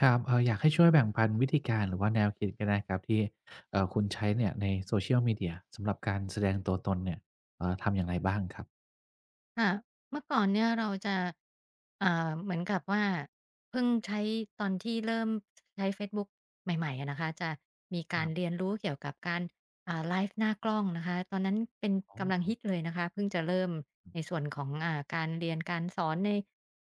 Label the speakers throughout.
Speaker 1: ครับอยากให้ช่วยแบ่งปันวิธีการหรือว่าแนวคิดก็ได้ครับที่คุณใช้เนี่ยใน Social Media สำหรับการแสดงตัวตนเนี่ยทำอย่างไรบ้างครับ
Speaker 2: ค่ะเมื่อก่อนเนี่ยเราจะเหมือนกับว่าเพิ่งใช้ตอนที่เริ่มใช้เฟซบุ๊กใหม่ๆอะนะคะจะมี
Speaker 1: ค
Speaker 2: การ
Speaker 1: รั
Speaker 2: เรียน
Speaker 1: บ
Speaker 2: รู้เกี่ยวกับการไลฟ์หน้ากล้องนะคะตอนนั้นเป็น
Speaker 1: อ๋
Speaker 2: กำลัง
Speaker 1: อ
Speaker 2: ฮิตเลยนะคะเพิ่งจะเริ่มในส่วนของการเรียนการสอนใน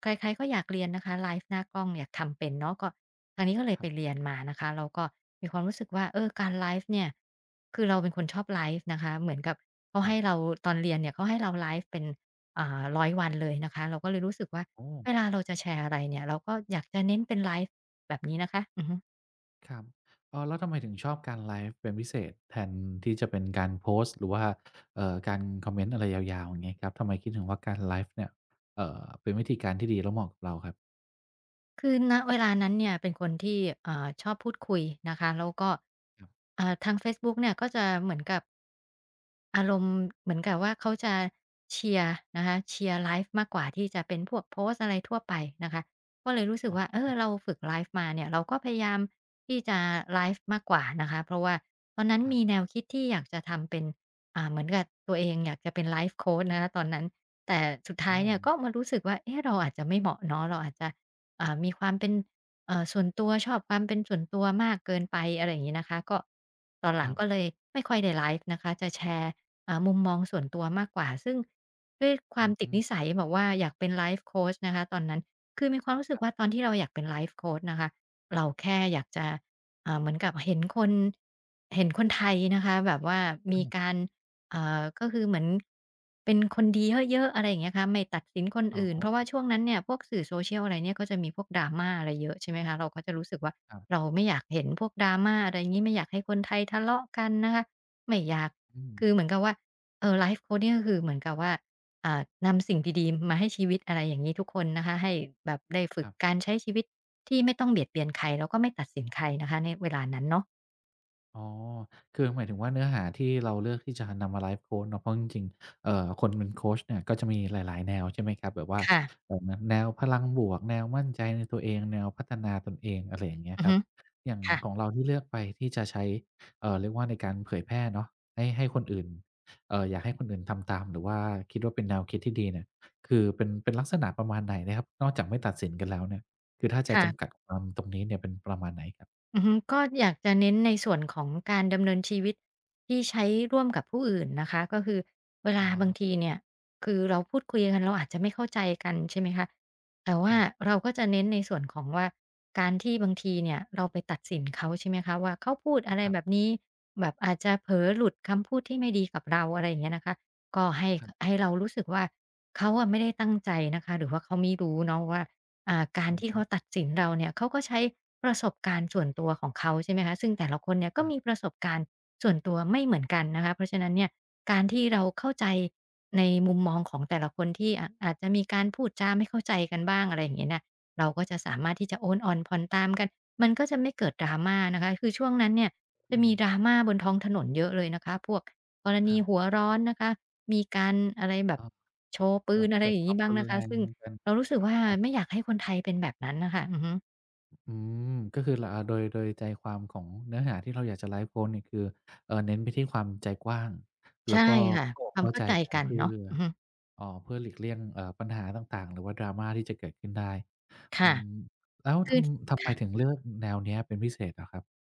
Speaker 2: ใครๆก็อยากเรียนนะคะไลฟ์หน้ากล้องอยากทำเป็นเนาะก็ทางนี้ก็เลย
Speaker 1: ค
Speaker 2: ไป
Speaker 1: รั
Speaker 2: เรี
Speaker 1: บ
Speaker 2: ยนมานะคะแล้วก็มีความรู้สึกว่าเออการไลฟ์เนี่ยคือเราเป็นคนชอบไลฟ์นะคะเหมือนกับเขา
Speaker 1: ครั
Speaker 2: ให้เรา
Speaker 1: บ
Speaker 2: ตอนเรียนเนี่ยเขาให้เราไลฟ์เป็น อ่า100วันเลยนะคะเราก็เลยรู้สึกว่า
Speaker 1: โอ
Speaker 2: เว
Speaker 1: ้
Speaker 2: ลาเราจะแชร์อะไรเนี่ยเราก็อยากจะเน้นเป็นไลฟ์แบบนี้นะคะอือฮึ
Speaker 1: ครับเออแล้วทำไมถึงชอบการไลฟ์เป็นพิเศษแทนที่จะเป็นการโพสต์หรือว่าการคอมเมนต์อะไรยาวๆอย่างงี้ครับทำไมคิดถึงว่าการไลฟ์เนี่ยเป็นวิธีการที่ดีแล้วเหมาะกับเราครับ
Speaker 2: คือณเวลานั้นเนี่ยเป็นคนที่ชอบพูดคุยนะคะแล้วก็
Speaker 1: ครับ
Speaker 2: ทางเฟซบุ๊กเนี่ยก็จะเหมือนกับ อารมณ์เหมือนกับว่าเขาจะเชียร์นะคะเชียร์ไลฟ์มากกว่าที่จะเป็นพวกโพสต์อะไรทั่วไปนะคะก็เลยรู้สึก
Speaker 1: อ๋
Speaker 2: ว่าเอ
Speaker 1: อ
Speaker 2: อเราฝึกไลฟ์มาเนี่ยเราก็พยายามที่จะไลฟ์มากกว่านะคะเพราะว่าตอนนั้น
Speaker 1: ครั
Speaker 2: มีแน
Speaker 1: บ
Speaker 2: วคิดที่อยากจะทำเป็นเหมือนกับตัวเองอยากจะเป็นไลฟ์โคชนะคะตอนนั้นแต่สุดท้าย
Speaker 1: อ๋อ
Speaker 2: เนี่ยก็มารู้สึกว่าเอ๊ะเราอาจจะไม่เหมาะเนาะเราอาจจะมีความเป็น ส่วนตัวชอบความเป็นส่วนตัวมากเกินไปอะไรอย่างงี้นะคะก็ตอนห
Speaker 1: ค
Speaker 2: ลัง
Speaker 1: รั
Speaker 2: ก็เล
Speaker 1: บ
Speaker 2: ยไม่ค่อยได้ไลฟ์นะคะจะแชร์มุมมองส่วนตัวมากกว่าซึ่งด้วยความ
Speaker 1: อื
Speaker 2: ติดนิ
Speaker 1: ม
Speaker 2: สัยแบบว่าอยากเป็นไลฟ์โคชนะคะตอนนั้นคือมีความรู้สึกว่าตอนที่เราอยากเป็นไลฟ์โคชนะคะเราแค่อยากจะเหมือนกับเห็นคนเห็นคนไทยนะคะแบบว่า
Speaker 1: อื
Speaker 2: มีกา
Speaker 1: ม
Speaker 2: ร ก็คือเหมือนเป็นคนดีเยอะๆอะไรอย่างเงี้ยคะไม่ตัดสินคน
Speaker 1: อ๋
Speaker 2: อื่นเพราะว่าช่
Speaker 1: อ
Speaker 2: วงนั้นเนี่ยพวกสื่อ social อะไรเนี่ยก็จะมีพวก drama อะไรเยอะใช่ไหมคะเราก็จะรู้สึกว่า
Speaker 1: ครั
Speaker 2: เรา
Speaker 1: บ
Speaker 2: ไม่อยากเห็นพวก drama อะไรงี้ไม่อยากให้คนไทยทะเลาะกันนะคะไม่อยาก
Speaker 1: อืม
Speaker 2: คือเหมือนกับว่าไลฟ์โคชเนี่ยก็คือเหมือนกับว่านำสิ่งดีๆมาให้ชีวิตอะไรอย่างงี้ทุกคนนะคะให้แบบได้ฝึ
Speaker 1: ค
Speaker 2: ก
Speaker 1: รับ
Speaker 2: การใช้ชีวิตที่ไม่ต้องเบียดเบียนใครแล้วก็ไม่ตัดสินใครนะคะในเวลานั้นเนาะ
Speaker 1: อ๋อ คือหมายถึงว่าเนื้อหาที่เราเลือกที่จะนำมาไลฟ์โคชเนาะเพราะจริงๆคนเป็นโคชเนี่ย ก็จะมีหลายๆแนวใช่ไหมครับแบบว่า
Speaker 2: ค่ะ
Speaker 1: เอ่อแนวพลังบวกแนวมั่นใจในตัวเองแนวพัฒนาตนเองอะไรอย่างเงี้ย
Speaker 2: อือ
Speaker 1: ครั
Speaker 2: ฮึ
Speaker 1: บอย่าง
Speaker 2: ค่ะ
Speaker 1: ของเราที่เลือกไปที่จะใช้เรียกว่าในการเผยแพร่เนาะให้ให้คนอื่นอยากให้คนอื่นทำตามหรือว่าคิดว่าเป็นแนวคิดที่ดีเนี่ยคือเป็นเป็นลักษณะประมาณไหนนะครับนอกจากไม่ตัดสินกันแล้วเนี่ยคือถ้าจะจำกั
Speaker 2: ค่ะ
Speaker 1: ดความตรงนี้เนี่ยเป็นประมาณไหนครับ
Speaker 2: อือฮึก็อยากจะเน้นในส่วนของการดำเนินชีวิตที่ใช้ร่วมกับผู้อื่นนะคะก็คือเวลา
Speaker 1: อ๋อ
Speaker 2: บางทีเนี่ยคือเราพูดคุยกันเราอาจจะไม่เข้าใจกันใช่ไหมคะแต่
Speaker 1: ค
Speaker 2: ว่า
Speaker 1: รับ
Speaker 2: เราก็จะเน้นในส่วนของว่าการที่บางทีเนี่ยเราไปตัดสินเขาใช่ไหมคะว่าเขาพูดอะไร
Speaker 1: ครั
Speaker 2: แบบ
Speaker 1: บ
Speaker 2: นี้แบบอาจจะเผลอหลุดคำพูดที่ไม่ดีกับเราอะไรอย่างเงี้ยนะคะก็ให้
Speaker 1: ครับ
Speaker 2: ให้เรารู้สึกว่าเขาอะไม่ได้ตั้งใจนะคะหรือว่าเขาไม่รู้เนาะว่า การ
Speaker 1: อ๋
Speaker 2: ที่
Speaker 1: อ
Speaker 2: เขาตัดสินเราเนี่ยเขาก็ใช้ประสบการณ์ส่วนตัวของเขาใช่ไหมคะซึ่งแต่ละคนเนี่ยก็
Speaker 1: ครั
Speaker 2: มีป
Speaker 1: บ
Speaker 2: ระสบการณ์ส่วนตัวไม่เหมือนกันนะคะเพราะฉะนั้นเนี่ยการที่เราเข้าใจในมุมมองของแต่ละคนที่อาจจะมีการพูดจาไม่เข้าใจกันบ้างอะไรอย่างเงี้ยเนี่ยเราก็จะสามารถที่จะโอนอ่อนผ่อนตามกันมันก็จะไม่เกิด drama นะคะคือช่วงนั้นเนี่ยจะ
Speaker 1: อืม
Speaker 2: มี drama บนท้องถนนเยอะเลยนะคะพวกกร
Speaker 1: ค
Speaker 2: ณี
Speaker 1: รั
Speaker 2: หั
Speaker 1: บ
Speaker 2: วร้อนนะคะมีการอะไรแบบ
Speaker 1: ก็
Speaker 2: โชว์ปื
Speaker 1: ก็
Speaker 2: นอะไร
Speaker 1: เกิด
Speaker 2: อย่าง
Speaker 1: ควา
Speaker 2: งี้
Speaker 1: ม
Speaker 2: บ้าง
Speaker 1: รุน
Speaker 2: นะ
Speaker 1: แร
Speaker 2: คะ
Speaker 1: ง
Speaker 2: ซึ่ง
Speaker 1: เหมือนกัน
Speaker 2: เรารู้สึกว่า
Speaker 1: ครับ
Speaker 2: ไม่อยากให้คนไทยเป็นแบบนั้นน่ะค่ะอือฮึ
Speaker 1: อืมก็คือลอ่าโดยใจความของเนื้อหาที่เราอยากจะไลฟ์โค้ชเนี่ยคือเน้นไปที่ความใจกว้างแล้
Speaker 2: ใช่
Speaker 1: วก็
Speaker 2: ค่ะ
Speaker 1: เข้าอ
Speaker 2: ค
Speaker 1: ก
Speaker 2: วาม
Speaker 1: เข้า
Speaker 2: เข้า
Speaker 1: ใจ
Speaker 2: ใจ
Speaker 1: กัน
Speaker 2: กัน
Speaker 1: เพื่อ
Speaker 2: เนาะอือฮึ
Speaker 1: อ๋อเพื่อหลีกเลี่ยงปัญหาต่างๆหรือว่า drama ที่จะเกิดขึ้นได้อื
Speaker 2: ค่ะ
Speaker 1: มแล้ว
Speaker 2: คือ
Speaker 1: ทำไม
Speaker 2: ค่ะ
Speaker 1: ถึงเลือกแนวเนี้ยเป็นพิเศษเหรอครับ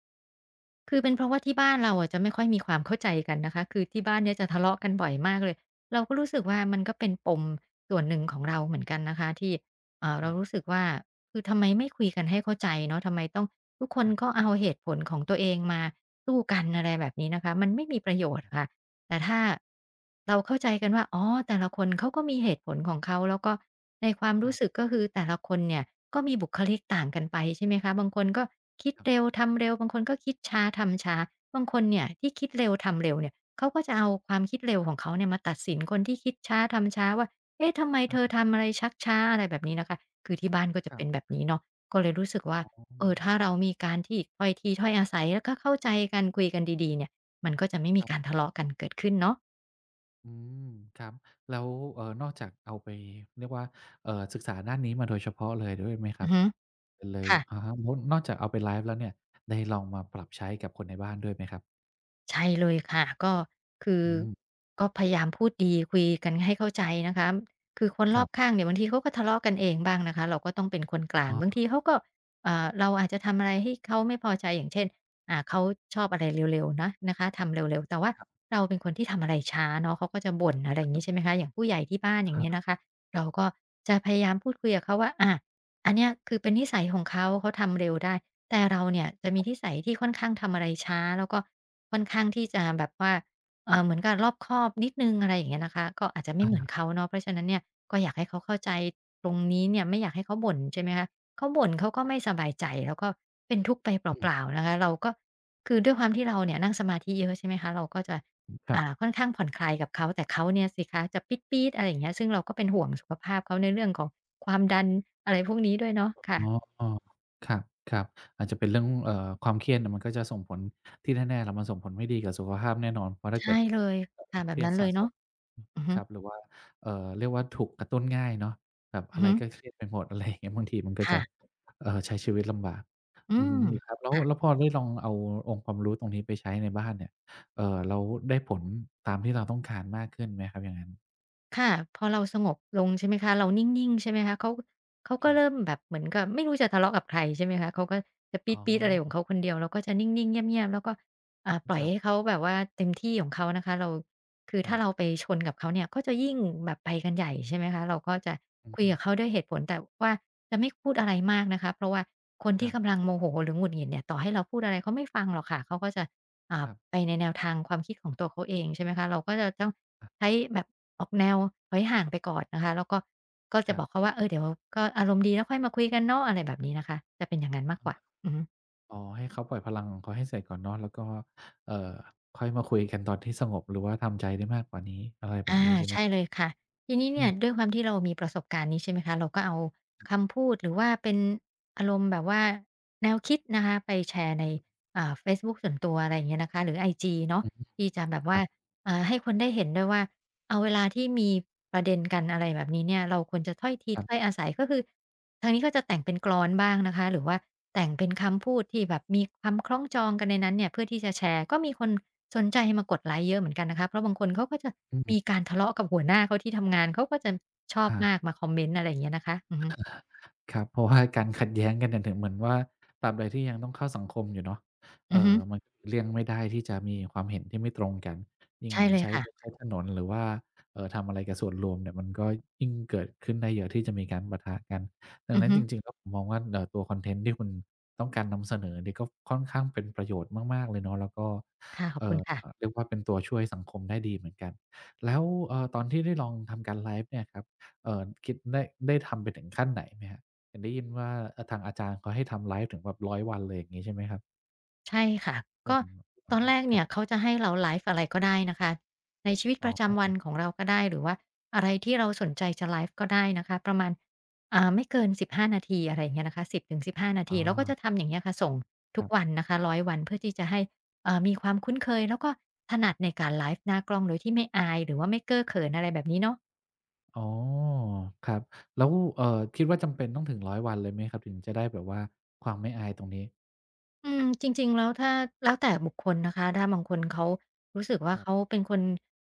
Speaker 2: คือเป็นเพราะว่าที่บ้านเราอะจะไม่ค่อยมีความเข้าใจกันนะคะคือที่บ้านเนี่ยจะทะเลาะกันบ่อยมากเลยเราก็รู้สึก
Speaker 1: ค
Speaker 2: ว่า
Speaker 1: รับ
Speaker 2: มันก็เป็นปมส่วนหนึ่งของเราเหมือนกันนะคะที่
Speaker 1: ค
Speaker 2: เรา
Speaker 1: รับ
Speaker 2: รู้สึกว่าคือทำไมไม่คุยกันให้เข้าใจเนาะทำไมต้องทุกคน
Speaker 1: ครั
Speaker 2: ก็
Speaker 1: บ
Speaker 2: เอาเหตุผลของตัวเองมาสู้กันอะไรแบบนี้นะคะมันไม่มีประโย
Speaker 1: อะ
Speaker 2: ชน์
Speaker 1: ฮะ
Speaker 2: ค่ะ แต่ถ้าเราเข้าใจกันว่าอ๋อแต่ละคนเขาก็มีเหตุผลของเขาแล้วก็ในความ
Speaker 1: ค
Speaker 2: รู้
Speaker 1: รับ
Speaker 2: สึกก็คือแต่ละคนเนี่ยก็มีบุคลิกต่างกันไปใช่ไหมคะบางคนก็คิด
Speaker 1: ครั
Speaker 2: เร็
Speaker 1: บ
Speaker 2: วทำเร็วบางคนก็คิดช้าทำช้าบางคนเนี่ยที่คิดเร็วทำเร็วเนี่ยเขาก็จะเอาความคิดเร็วของเขาเนี่ยมาตัดสินคนที่คิดช้าทำช้าว่าเอ๊ะทำไมเธ
Speaker 1: อะ
Speaker 2: อ
Speaker 1: ฮะ
Speaker 2: ทำอะไรชักช้าอะไรแบบนี้นะคะคือที่บ้านก็จะ
Speaker 1: ครั
Speaker 2: เป็
Speaker 1: บ
Speaker 2: นแบบนี้เนาะก็เลยรู้สึกว่า
Speaker 1: อ๋
Speaker 2: เออถ้าเรามีการที่ถ้อยทีถ้อยอาศัยแล้วก็เข้าใจกันคุยกันดีๆเนี่ย มันก็จะไม่มีการ
Speaker 1: อ
Speaker 2: ทะเลาะกันเกิดขึ้นเนาะ
Speaker 1: อืมครับแล้วนอกจากเอาไปเรียกว่าศึกษาด้านนี้มาโดยเฉพาะเลยด้วยไหมค
Speaker 2: อื
Speaker 1: รั
Speaker 2: อ
Speaker 1: บ
Speaker 2: ฮึ
Speaker 1: เลย
Speaker 2: ค่ะ
Speaker 1: อะฮะนนอกจากเอาไปไลฟ์แล้วเนี่ยได้ลองมาปรับใช้กับคนในบ้านด้วยไหมครับ
Speaker 2: ใช่เลยค่ะก็คือ
Speaker 1: อืม
Speaker 2: ก็พยายามพูดดีคุยกันให้เข้าใจนะคะคือคน
Speaker 1: ค
Speaker 2: รอ
Speaker 1: รั
Speaker 2: บข้า
Speaker 1: บ
Speaker 2: งเนี่ยบางทีเขาก็ทะเลาะกันเองบ้างนะคะเราก็ต้องเป็นคนกลา
Speaker 1: อ๋
Speaker 2: งบาง
Speaker 1: อ
Speaker 2: ทีเขาก็เราอาจจะทำอะไรให้เขาไม่พอใจอย่างเช่นเขาชอบอะไรเร็วๆนะนะคะทำเร็วๆแต่ว่า
Speaker 1: ครับ
Speaker 2: เราเป็นคนที่ทำอะไรช้าเนาะเขาก็จะบ่นอะไรอย่างงี้ใช่ไหมคะอย่างผู้ใหญ่ที่บ้านอย่า
Speaker 1: ค
Speaker 2: ง
Speaker 1: รั
Speaker 2: เงี้ยนะ
Speaker 1: บ
Speaker 2: คะเราก็จะพยายามพูดคุยกับเขาว่าอาอันเนี้ยคือเป็นนิสัยของเขาเขาทำเร็วได้ แต่เราเนี่ยจะมีนิสัยที่ค่อนข้างทำอะไรช้าแล้วก็ค่อนข้างที่จะแบบว่าเหมือนกับรอบคอบนิดหนึ่งอะไรอย่างเงี้ยนะคะก็อาจจะไม่เหมือน
Speaker 1: อา
Speaker 2: เขาเนาะเพราะฉะนั้นเนี่ยก็อยากให้เขาเข้าใจตรงนี้เนี่ยไม่อยากให้เขาบ่นใช่ไหมคะเขาบ่นเขาก็ไม่สบายใจแล้วก็เป็นทุกข์ไป
Speaker 1: อื
Speaker 2: เปล่า
Speaker 1: ม
Speaker 2: ๆนะคะเราก็คือด้วยความที่เราเนี่ยนั่งสมาธิเยอะใช่ไหมคะเราก็จะ
Speaker 1: ครับ
Speaker 2: ค่อนข้างผ่อนคลายกับเขาแต่เขาเนี่ยสิคะจะปี๊ดๆอะไรอย่างเงี้ยซึ่งเราก็เป็นห่วงสุขภาพเขาในเรื่องของความดันอะไรพวกนี้ด้วยเนาะค่ะ
Speaker 1: อ๋อครับครับ อาจจะเป็นเรื่องความเครียดเนี่ยมันก็จะส่งผลที่แน่ๆแหล่ะมันส่งผลไม่ดีกับสุขภาพแน่นอนเพราะถ้าเกิ
Speaker 2: ใช่
Speaker 1: ด
Speaker 2: เลยค่ะแบ
Speaker 1: เค
Speaker 2: บ
Speaker 1: รีย
Speaker 2: นั้
Speaker 1: ด
Speaker 2: นเล
Speaker 1: สะ
Speaker 2: ย
Speaker 1: ส
Speaker 2: เนาะ
Speaker 1: มอืม
Speaker 2: อือ
Speaker 1: ค
Speaker 2: ฮึ
Speaker 1: รับหรือว่าเรียกว่าถูกกระตุ้นง่ายเนาะแบบ
Speaker 2: อือ
Speaker 1: อะไร
Speaker 2: ฮึ
Speaker 1: ก็เครียดไปหมดอะไรอย่างเงี้ยบางทีมันก็จะ
Speaker 2: ค่ะ
Speaker 1: ใช้ชีวิตลำบาก
Speaker 2: อื
Speaker 1: อือ
Speaker 2: ม
Speaker 1: ฮึครับแล้ว
Speaker 2: ค่ะ
Speaker 1: พอได้ลองเอาองค์ความรู้ตรงนี้ไปใช้ในบ้านเนี่ยแล้วได้ผลตามที่เราต้องการมากขึ้นไหมครับอย่างงั้น
Speaker 2: ค่ะพอเราสงบลงใช่ไหมคะเรานิ่งๆใช่ไหมคะเขาเขา
Speaker 1: ค
Speaker 2: ก็
Speaker 1: รับ
Speaker 2: เริ่มแบบเหมือนกับไม่รู้จะทะเลาะกับใครใช่ไหมคะเขาก็จะปี๊
Speaker 1: อ๋อ
Speaker 2: ดๆอะไรของเขาคนเดียวเราก็จะนิ่งๆเงียบๆแล้วก็ปล่อ
Speaker 1: ค
Speaker 2: ย
Speaker 1: รั
Speaker 2: ให้
Speaker 1: บ
Speaker 2: เขาแบบว่าเต็มที่ของเขานะคะเราคือ
Speaker 1: ครั
Speaker 2: ถ้าเรา
Speaker 1: บ
Speaker 2: ไปชนกับเขาเนี่ยก็จะยิ่งแบบไปกันใหญ่ใช่ไหมคะเราก็จะ
Speaker 1: อื
Speaker 2: คุยกับ
Speaker 1: ม
Speaker 2: เขาด้วยเหตุผลแต่ว่าจะไม่พูดอะไรมากนะคะเพราะว่าคน
Speaker 1: ค
Speaker 2: ที่
Speaker 1: รับ
Speaker 2: กำลังโมโหหรือหงุดหงิดเนี่ยต่อให้เราพูดอะไรเขาไม่ฟังหรอกค่ะเขาก็จะอ่า
Speaker 1: ครั
Speaker 2: ไป
Speaker 1: บ
Speaker 2: ในแนวทางความคิดของตัวเขาเองใช่ไหมคะเราก็จะต้อง
Speaker 1: อะ
Speaker 2: ใช้แบบออกแนวถอยห่างไปก่อนนะคะแล้วก็ก็
Speaker 1: ค
Speaker 2: จะ
Speaker 1: รั
Speaker 2: บอกเขา
Speaker 1: บ
Speaker 2: ว่าเออเดี๋ยวก็อารมณ์ดีแล้วค่อยมาคุยกันเนาะอะไรแบบนี้นะคะจะเป็นอย่างนั้นมากกว่าอือฮึ
Speaker 1: อ๋อให้เขาปล่อยพลังของเขาให้เสร็จก่อนเนาะแล้วก็เอ่อค่อยมาคุยกันตอนที่สงบหรือว่าทำใจได้มากกว่านี้อะไรแบบ
Speaker 2: อา
Speaker 1: นี้ใช่ไหม
Speaker 2: ใช่เลยค่ะทีนี้
Speaker 1: อื
Speaker 2: เนี่ย
Speaker 1: ม
Speaker 2: ด้วยความที่เรามีประสบการณ์นี้ใช่ไหมคะเราก็เอาคำพูดหรือว่าเป็นอารมณ์แบบว่าแนวคิดนะคะไปแชร์ในเฟซบุ๊กส่วนตัวอะไรอย่างเงี้ยนะคะหรือไอจีเนาะ
Speaker 1: อือฮึ
Speaker 2: ที่จะแบบ
Speaker 1: ค
Speaker 2: ว่า
Speaker 1: ร
Speaker 2: ให้คนได้เห็นด้วยว่าเอาเวลาที่มีประเด็นกันอะไรแบบนี้เนี่ยเราควรจะถ้อยที
Speaker 1: ับ
Speaker 2: ถ้อย
Speaker 1: ๆ
Speaker 2: อาศัยก็คือ ทางนี้ก็จะแต่งเป็นกลอนบ้างนะคะหรือว่าแต่งเป็นคำพูดที่แบบมีคำคล้องจองกันในนั้นเนี่ยเพื่อที่จะแชร์ก็มีคนสนใจมากดไลก์เยอะเหมือนกันนะคะเพราะบางคนเขาก็จะ
Speaker 1: อื
Speaker 2: มี
Speaker 1: ม
Speaker 2: การทะเลาะกับหัวหน้าเขาที่ทำงานเขาก็จะชอบ
Speaker 1: อา
Speaker 2: มากมาคอมเมนต์อะไรอย่างเงี้ยนะคะอือฮึ
Speaker 1: ครับเพราะ ว่าการขัดแย้งกันเนี่ยถึงเหมือนว่าตราบใดที่ยังต้องเข้าสังคมอยู่เนาะ
Speaker 2: อือฮึ
Speaker 1: มันก็หลีกเลี่ยงไม่ได้ที่จะมีความเห็นที่ไม่ตรงกันยิ่ง
Speaker 2: ใช่เลย
Speaker 1: ใช้รถ
Speaker 2: ค่ะ
Speaker 1: ใช้ถนนหรือว่าทำอะไรกับส่วนรวมเนี่ยมันก็ยิ่งเกิดขึ้นได้เยอะที่จะมีการปะทะกันดัง
Speaker 2: อือ
Speaker 1: นั้น
Speaker 2: ฮึ
Speaker 1: จริงๆแล้วผมมองว่าตัวคอนเทนต์ที่คุณต้องการนำเสนอเนี่ยก็ค่อนข้างเป็นประโยชน์มากๆเลยเนาะแล้วก็
Speaker 2: ค่ะขอบ
Speaker 1: เอ่
Speaker 2: คุณ
Speaker 1: อ
Speaker 2: ค่ะ
Speaker 1: เรียกว่าเป็นตัวช่วยสังคมได้ดีเหมือนกันแล้วตอนที่ได้ลองทำการไลฟ์เนี่ยครับคิดได้ทำไปถึงขั้นไหนไหมครับ เห็นได้ยินว่าทางอาจารย์เขาให้ทำไลฟ์ถึงแบบ100วันเลยอย่างงี้ใช่ไหมครับ
Speaker 2: ใช่ค่ะ
Speaker 1: อื
Speaker 2: ก็
Speaker 1: ม
Speaker 2: ต
Speaker 1: อา
Speaker 2: อนแรก
Speaker 1: ครั
Speaker 2: เนี่
Speaker 1: บ
Speaker 2: ยเขาจะให้เราไลฟ์อะไรก็ได้นะคะในชีวิตป
Speaker 1: อ๋
Speaker 2: ระจำ
Speaker 1: อ
Speaker 2: วันของเราก็ได้หรือว่าอะไรที่เราสนใจจะไลฟ์ก็ได้นะคะประมาณไม่เกิน15 นาทีอะไรอย่างเงี้ยนะคะสิบ0 1 5นา
Speaker 1: อา
Speaker 2: ทีเราก็จะทำอย่างเงี้ยค่ะส่ง
Speaker 1: ค
Speaker 2: ทุก
Speaker 1: รั
Speaker 2: วัน
Speaker 1: บ
Speaker 2: นะคะ100 วันเพื่อที่จะให้มีความคุ้นเคยแล้วก็ถนัดในการไลฟ์หน้ากล้องโดยที่ไม่อายหรือว่าไม่เก้อเขินอะไรแบบนี้เนาะ
Speaker 1: อ๋อครับแล้วเอ่อคิดว่าจำเป็นต้องถึง100วันเลยไหมครับถึงจะได้แบบว่าความไม่อายตรงนี้
Speaker 2: จริงๆแล้วถ้าแล้วแต่บุคคลนะคะถ้าบางคนเขารู้สึกว่า
Speaker 1: ครั
Speaker 2: เขา
Speaker 1: บ
Speaker 2: เป็นคน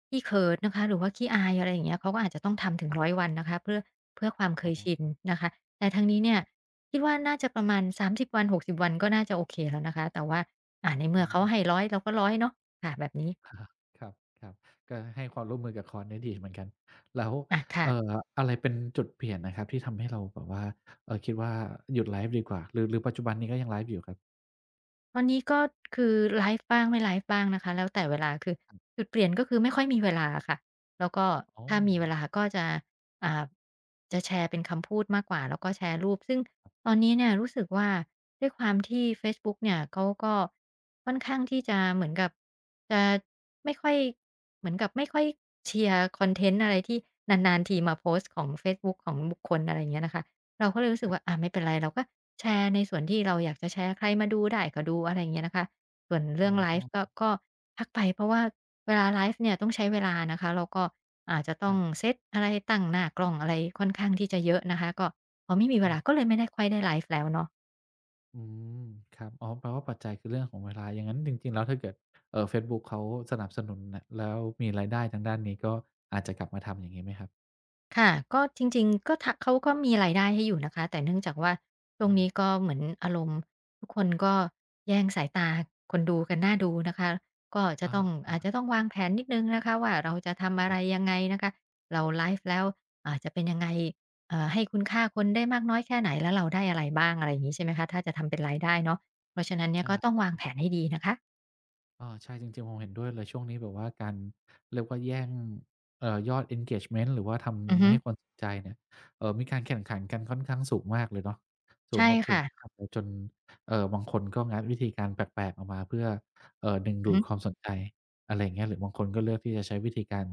Speaker 2: ขี้เขินนะคะหรือว่าขี้อายอะไรอย่างเงี้ยเขาก็อาจจะต้องทำถึ
Speaker 1: ค
Speaker 2: ง
Speaker 1: รั
Speaker 2: 100
Speaker 1: บ
Speaker 2: วันนะคะเพื่อความเค
Speaker 1: อ๋
Speaker 2: ยชิน
Speaker 1: อ
Speaker 2: นะคะแต่ทั้งนี้เนี่ย
Speaker 1: ครับ
Speaker 2: คิดว่าน่าจะประมาณ30วัน60วันก็น่าจะโอเคแล้วนะคะแต่ว่าใน
Speaker 1: อื
Speaker 2: เมื่อเขา
Speaker 1: ม
Speaker 2: ให้100เราก็100เนาะค่ะแบบนี้
Speaker 1: ครับครับก็ให้ความร่วมมือกับคอร์สนี้ดีเหมือนกันแล้ว
Speaker 2: อาค่ะ
Speaker 1: เอ่ออะไรเป็นจุดเปลี่ยนนะครับที่ทำให้เราแบบว่าคิดว่าหยุดไลฟ์ดีกว่าหรือปัจจุบันนี้ก็ยังไลฟ์อยู่ครับ
Speaker 2: ตอนนี้ก็คือไลฟ์บ้างไม่ไลฟ์บ้างนะคะแล้วแต่เวลาคือจุดเปลี่ยนก็คือไม่ค่อยมีเวลาค่ะแล้วก็
Speaker 1: อ๋อ
Speaker 2: ถ้ามีเวลาก็จะอ่าจะแชร์เป็นคำพูดมากกว่าแล้วก็แชร์รูปซึ่งตอนนี้เนี่ยรู้สึกว่าด้วยความที่เฟซบุ๊กเนี่ยเขาก็ค่อนข้างที่จะเหมือนกับจะไม่ค่อยเหมือนกับไม่ค่อยเชียร์คอนเทนต์อะไรที่นานๆทีมาโพสต์ของเฟซบุ๊กของบุคคลอะไรอย่างเงี้ยนะคะ เราก็เลยรู้สึ
Speaker 1: ค
Speaker 2: ก
Speaker 1: รั
Speaker 2: ว่าอา
Speaker 1: บ
Speaker 2: ไม่เป็นไรเราก็แชร์ในส่วนที่เราอยากจะแชร์ใครมาดูได้ก็ดูอะไรอย่างเงี้ยนะคะส่วนเรื่
Speaker 1: อ๋อ
Speaker 2: องไลฟ์ก็พักไปเพราะว่าเวลาไลฟ์เนี่ยต้องใช้เวลานะคะแล้วก็อาจจะ
Speaker 1: ค
Speaker 2: ต้อง
Speaker 1: รับ
Speaker 2: เซตอะไรตั้งหน้ากล้องอะไรค่อนข้างที่จะเยอะนะคะก็พอไม่มีเว
Speaker 1: อา
Speaker 2: ลาก็เลยไม่ได้ค่อยได้ไลฟ์แล้วเนาะ
Speaker 1: อืม ครับอ๋อแปลว่าปัจจัยคือเรื่องของเวลาอย่างงั้นจริงๆ แล้วถ้าเกิดเฟซบุ๊กเขาสนับสนุนน่ะแล้วมีรายได้ทางด้านนี้ก็อาจจะกลับมาทำอย่างงี้ไหมครับ
Speaker 2: ค่ะก็จริงๆก็ทเขาก็มีรายได้ให้อยู่นะคะแต่เนื่องจากว่าช่วง
Speaker 1: อ้อ
Speaker 2: นี้ก็เหมือนอารมณ์ทุกคนก็แย่งสายตาคนดูกันน่าดูนะคะก็จะ
Speaker 1: อะ
Speaker 2: ต้อง
Speaker 1: ฮะ
Speaker 2: อาจจะต้องวางแผนนิดหนึ่งนะคะว่าเราจะทำอะ
Speaker 1: ครั
Speaker 2: ไร
Speaker 1: บ
Speaker 2: ยังไงนะคะเราไลฟ์แล้วจะเป็นยังไงให้คุณค่าคนได้มากน้อยแค่ไหนแล้วเราได้อะไรบ้างอะไรอย่างงี้ใช่ไหมคะถ้าจะทำเป็นรายได้เนาะเพราะฉะนั้นเนี่ยก็ต้อง
Speaker 1: ใช่
Speaker 2: วางแผนให้ดีนะคะ
Speaker 1: อาใช่จริงๆผมเห็นด้วยเลยช่วงนี้แบบว่าการเรียกว่าแย่งยอด engagement หรือว่าท
Speaker 2: อือฮึ
Speaker 1: ำให้คนสนใจเนี่ยมีการแข่งขันกันค่อนข้างสูงมากเลยเนาะสูง
Speaker 2: ใช่
Speaker 1: แบบสู
Speaker 2: ค่ะ
Speaker 1: งมากเลยจนบางคนก็งัดวิธีการแปลกๆออกมาเพื่อดึง
Speaker 2: อื
Speaker 1: ดู
Speaker 2: อฮึ
Speaker 1: ดความสนใจอะไรอย่างเงี้ยหรือบางคนก็เลือกที่จะใช้วิธีการ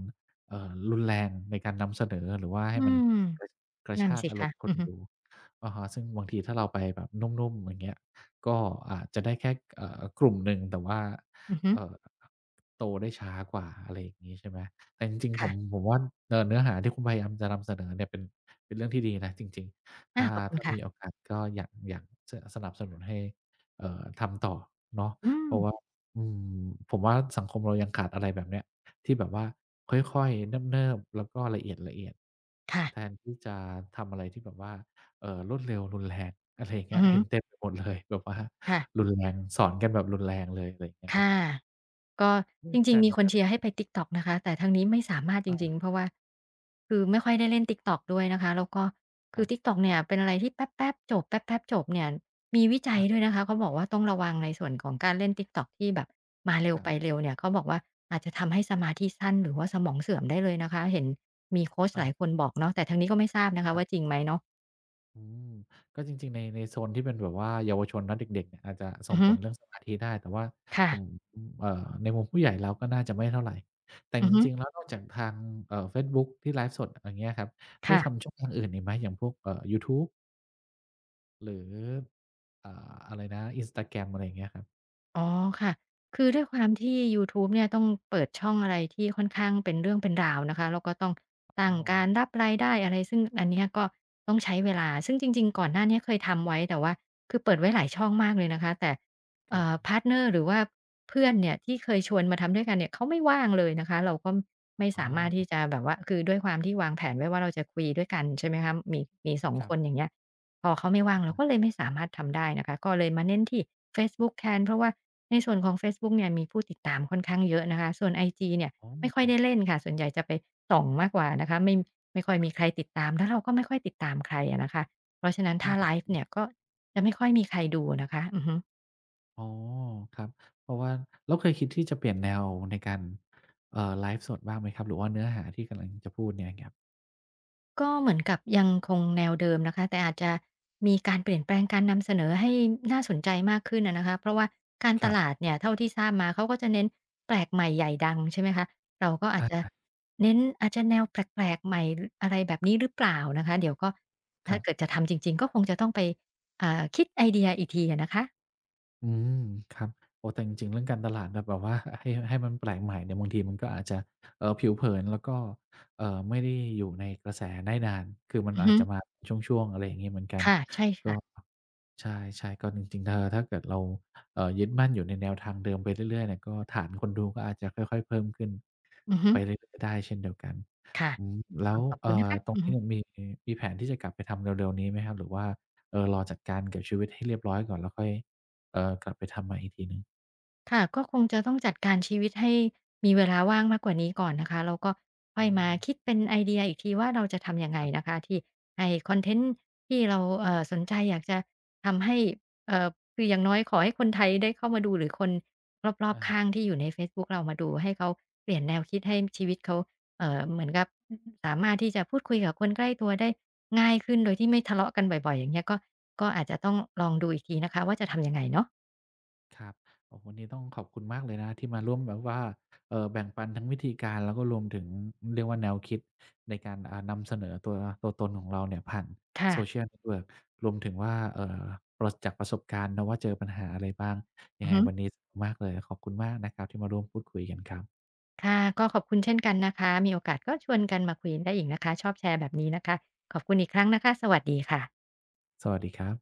Speaker 1: รุนแรงในการนำเสนอหรือว่าให้
Speaker 2: อื
Speaker 1: มัน
Speaker 2: ม
Speaker 1: กระ
Speaker 2: นั่น
Speaker 1: ชาก
Speaker 2: สิ
Speaker 1: อาร
Speaker 2: คะ
Speaker 1: มณ์ค
Speaker 2: อื
Speaker 1: น
Speaker 2: อฮึ
Speaker 1: ดูอะฮะซึ่งบางทีถ้าเราไปแบบนุ่มๆอย่างเงี้ยก็อาจจะได้แค่กลุ่มหนึ่งแต่ว่า
Speaker 2: อือฮึ
Speaker 1: เอ่อโตได้ช้ากว่าอะไรอย่างงี้ใช่ไหม แต่จริงๆผม
Speaker 2: ค่ะ
Speaker 1: ผมว่าเนื้อหาที่คุณพยายามจะนำเสนอเนี่ยเป็นเป็นเรื่องที่ดีนะจริงๆ
Speaker 2: อา
Speaker 1: ถ้า
Speaker 2: ขอบคุณ
Speaker 1: ถ้ามีโอ
Speaker 2: ค่ะ
Speaker 1: กาสก็อยากอยากสสนับสนุนให้ทำต่อเนาะ
Speaker 2: อื
Speaker 1: เพ
Speaker 2: ม
Speaker 1: ราะว่าอืมผมว่าสังคมเรายังขาดอะไรแบบเนี้ย ที่แบบว่าค่อยๆ เนิบๆแล้วก็ละเอียด
Speaker 2: ค่ะ
Speaker 1: ๆแทนที่จะทำอะไรที่แบบว่ารวดเร็วรุนแรง อะไรอย่าง
Speaker 2: อื
Speaker 1: เงี้
Speaker 2: อ
Speaker 1: ย
Speaker 2: ฮึ
Speaker 1: เห็นเต็มไปหมดเลย แบบว่า
Speaker 2: ค่ะ
Speaker 1: รุนแรงสอนกันแบบรุนแรงเลยอะไรอย่างเงี้ยมัน
Speaker 2: ค่ะ ก็
Speaker 1: ไม่
Speaker 2: จ
Speaker 1: เข้า
Speaker 2: ริ
Speaker 1: ใจ
Speaker 2: งๆ
Speaker 1: เห
Speaker 2: มี
Speaker 1: มือ
Speaker 2: ค
Speaker 1: น
Speaker 2: น
Speaker 1: กัน
Speaker 2: เชียร์ให้ไป TikTok นะคะ แต่ทางนี้ไม่สามารถจริง
Speaker 1: อา
Speaker 2: ๆเพราะว่าคือไม่ค่อยได้เล่น TikTok ด้วยนะคะ แล้วก็
Speaker 1: ค
Speaker 2: คื
Speaker 1: รั
Speaker 2: อ
Speaker 1: บ
Speaker 2: TikTok เนี่ยเป็นอะไรที่แป๊บๆจบแป๊บๆจบเนี่ยมีวิจัยด้วย
Speaker 1: อา
Speaker 2: นะคะเขาบอกว่าต้องระวังในส่วนของการเล่น TikTok ที่แบบมาเร็ว
Speaker 1: ครั
Speaker 2: ไปเร็
Speaker 1: บ
Speaker 2: วเนี่ยเขาบอกว่าอาจจะทำให้สมาธิสั้นหรือว่าสมองเสื่อมได้เลยนะคะเห็นมีโคชห
Speaker 1: อาค
Speaker 2: ลาย
Speaker 1: รั
Speaker 2: คน
Speaker 1: บ
Speaker 2: บอกเนาะแต่ทางนี้ก็ไม่ทราบนะคะว่าจริงไหมเนาะ
Speaker 1: อืมก็จริงๆในโซนที่เป็นแบบว่าเยาวชนเนะเด็กๆเนี่ยอาจจะส่
Speaker 2: อื
Speaker 1: ง
Speaker 2: อ
Speaker 1: ผ
Speaker 2: ฮึ
Speaker 1: ลเรื่องสมาธิได้แต่ว่า
Speaker 2: ค่ะ
Speaker 1: ผมเอ่อในมุมผู้ใหญ่แล้วก็น่าจะไม่เท่าไรแต่
Speaker 2: อื
Speaker 1: จ
Speaker 2: อฮึ
Speaker 1: ริงๆแล้วนอกจากทางเฟซบุ๊กที่ไลฟ์สดอย่างเงี้ยครับได้
Speaker 2: ค่ะ
Speaker 1: ทำช่องทางอื่นอีกไหมอย่างพวกยูทูบหรืออ่าอะไรนะ Instagram อะไรอย่างเงี้ยครับ
Speaker 2: อ๋อค่ะ คือด้วยความที่ยูทูบเนี่ยต้องเปิดช่องอะไรที่ค่อนข้างเป็นเรื่องเป็นราวนะคะแล้วก็ต้องตั้ง
Speaker 1: อ๋อ
Speaker 2: การรับรายได้อะไรซึ่งอันเนี้ยก็ต้องใช้เวลาซึ่งจริงๆก่อนหน้าเนี้ยเคยทำไว้แต่ว่าคือเปิดไว้หลายช่องมากเลยนะคะแต่
Speaker 1: ครับ
Speaker 2: พาร์ตเนอร์หรือว่าเพื่อนเนี่ยที่เคยชวนมาทำด้วยกันเนี่ยเขาไม่ว่างเลยนะคะเราก็ไม่
Speaker 1: อ๋อ
Speaker 2: สามารถที่จะแบบว่าคือด้วยความที่วางแผนไว้ว่าเราจะคุยด้วยกันใช่ไหมคะมีสอง
Speaker 1: ค
Speaker 2: ค
Speaker 1: รั
Speaker 2: นอ
Speaker 1: บ
Speaker 2: ย่างเงี้ยพอเขาไม่ว่างเราก็เลยไม่สามารถทำได้นะคะก็เลยมาเน้นที่เฟซบุ๊กแทนเพราะว่า ในส่วนของเฟซบุ๊กเนี่ยมีผู้ติดตามค่อนข้างเยอะนะคะส่วนไอจีเนี่ย
Speaker 1: อ๋อ
Speaker 2: ไม่ค่อยได้เล่นค่ะส่วนใหญ่จะไปส่องมากกว่านะคะไม่ค่อยมีใครติดตามแล้วเราก็ไม่ค่อยติดตามใครอะนะคะเพราะฉะนั้น
Speaker 1: อื
Speaker 2: ถ้าไล
Speaker 1: ม
Speaker 2: ฟ์เนี่ยก็จะไม่ค่อยมีใครดูนะคะอือฮึ
Speaker 1: อ๋อครับเพราะว่าแล้วเคยคิดที่จะเปลี่ยนแนวในการไลฟ์สดบ้างไหมครับหรือว่าเนื้อหาที่กำลังจะพูดเนี่ยครับ
Speaker 2: ก็เหมือนกับยังคงแนวเดิมนะคะแต่อาจจะมีการเปลี่ยนแปลงการนำเสนอให้น่าสนใจมากขึ้นอะนะคะเพราะว่าการ
Speaker 1: ค
Speaker 2: ต
Speaker 1: รั
Speaker 2: ลาด
Speaker 1: บ
Speaker 2: เนี่ยเท่าที่ทราบมาเขาก็จะเน้นแปลกใหม่ใหญ่ดังใช่ไหมคะเราก็อา
Speaker 1: อ
Speaker 2: จจะ
Speaker 1: า
Speaker 2: เน้นอาจจะแนวแปลกๆใหม่อะไรแบบนี้หรือเปล่านะคะเดี๋ยวก็
Speaker 1: ค
Speaker 2: ถ้า
Speaker 1: รั
Speaker 2: เกิด
Speaker 1: บ
Speaker 2: จะทำจริงๆก็คงจะต้องไปคิดไอเดียอีกทีอะนะคะ
Speaker 1: อืมครับโอ้แต่จริงๆเรื่องการตลาดแบบว่า ให้มันแปลกใหม่เนี่ยบางทีมันก็อาจจะผิวเผินแล้วก็ไม่ได้อยู่ในกระแสได้นานคือมัน
Speaker 2: อือ
Speaker 1: อาจ
Speaker 2: ฮึ
Speaker 1: จะมาช่วงๆอะไรอย่างงี้เหมือนกัน
Speaker 2: ค่ะใช่
Speaker 1: ก็
Speaker 2: ค่ะ
Speaker 1: ใช่ๆก็จริงๆเธอถ้าเกิดเรายึดมั่นอยู่ในแนวทางเดิมไปเรื่อยๆเนี่ยก็ฐานคนดูก็อาจจะค่อยๆเพิ่มขึ้น
Speaker 2: อือฮึ
Speaker 1: ไปเรื่อยๆได้เช่นเดียวกัน
Speaker 2: ค่ะ
Speaker 1: อืมแล้
Speaker 2: ต้อ
Speaker 1: ว
Speaker 2: งขอบคุณนะคะ
Speaker 1: ตร
Speaker 2: อื
Speaker 1: ง
Speaker 2: อ
Speaker 1: นี้
Speaker 2: ฮึ
Speaker 1: เนี่ยมีแผนที่จะกลับไปทำเร็วๆนี้ไหมครับหรือว่าเออรอจัดการกับชีวิตให้เรียบร้อยก่อนแล้วค่อย กลับไปทำใหม่อีกทีหนึ่ง
Speaker 2: ค่ะก็คงจะต้องจัดการชีวิตให้มีเวลาว่างมากกว่านี้ก่อนนะคะแล้วก็ค่อ
Speaker 1: อื
Speaker 2: ยมา
Speaker 1: ม
Speaker 2: คิดเป็นไอเดียอีกทีว่าเราจะทำยังไง
Speaker 1: ครั
Speaker 2: นะ
Speaker 1: บ
Speaker 2: คะที่ให้คอนเทนต์ที่เราสนใจอยากจะทำให้เอ่อคืออย่างน้อยขอให้คนไทยได้เข้ามาดูหรือคนรอบ
Speaker 1: อา
Speaker 2: ๆข้างที่อยู่ในเฟซบุ๊กเรามาดูให้เขาเปลี่ยนแนวคิดให้ชีวิตเขาเหมือนกับสามารถที่จะพูดคุยกับคนใกล้ตัวได้ง่ายขึ้นโดยที่ไม่ทะเลาะกันบ่อยๆอย่างเงี้ยก็อาจจะต้องลองดูอีกทีนะคะว่าจะทำยังไงเนาะ
Speaker 1: ครับโอ้โฮวันนี้ต้องขอบคุณมากเลยนะครับที่มาร่วมแบบว่าแบ่งปันทั้งวิธีการแล้วก็รวมถึงเรียกว่าแนวคิดในการอ่านำเสนอตัวตัวตนของเราเนี่ยผ่าน
Speaker 2: ค่ะ
Speaker 1: Social Network รวมถึงว่าประจากประสบการณ์เนาะว่าเจอปัญหาอะไรบ้างยั
Speaker 2: อือ
Speaker 1: งไง
Speaker 2: ฮึ
Speaker 1: วันนี้สนุกมากเลยขอบคุณมากนะครับที่มาร่วมพูดคุยกันครับ
Speaker 2: ค่ะก็ขอบคุณเช่นกันนะคะมีโอกาสก็ชวนกันมาคุยได้อีกนะคะชอบแชร์แบบนี้นะคะขอบคุณอีกครั้งนะคะสวัสดีค่ะ
Speaker 1: สวัสดีครับ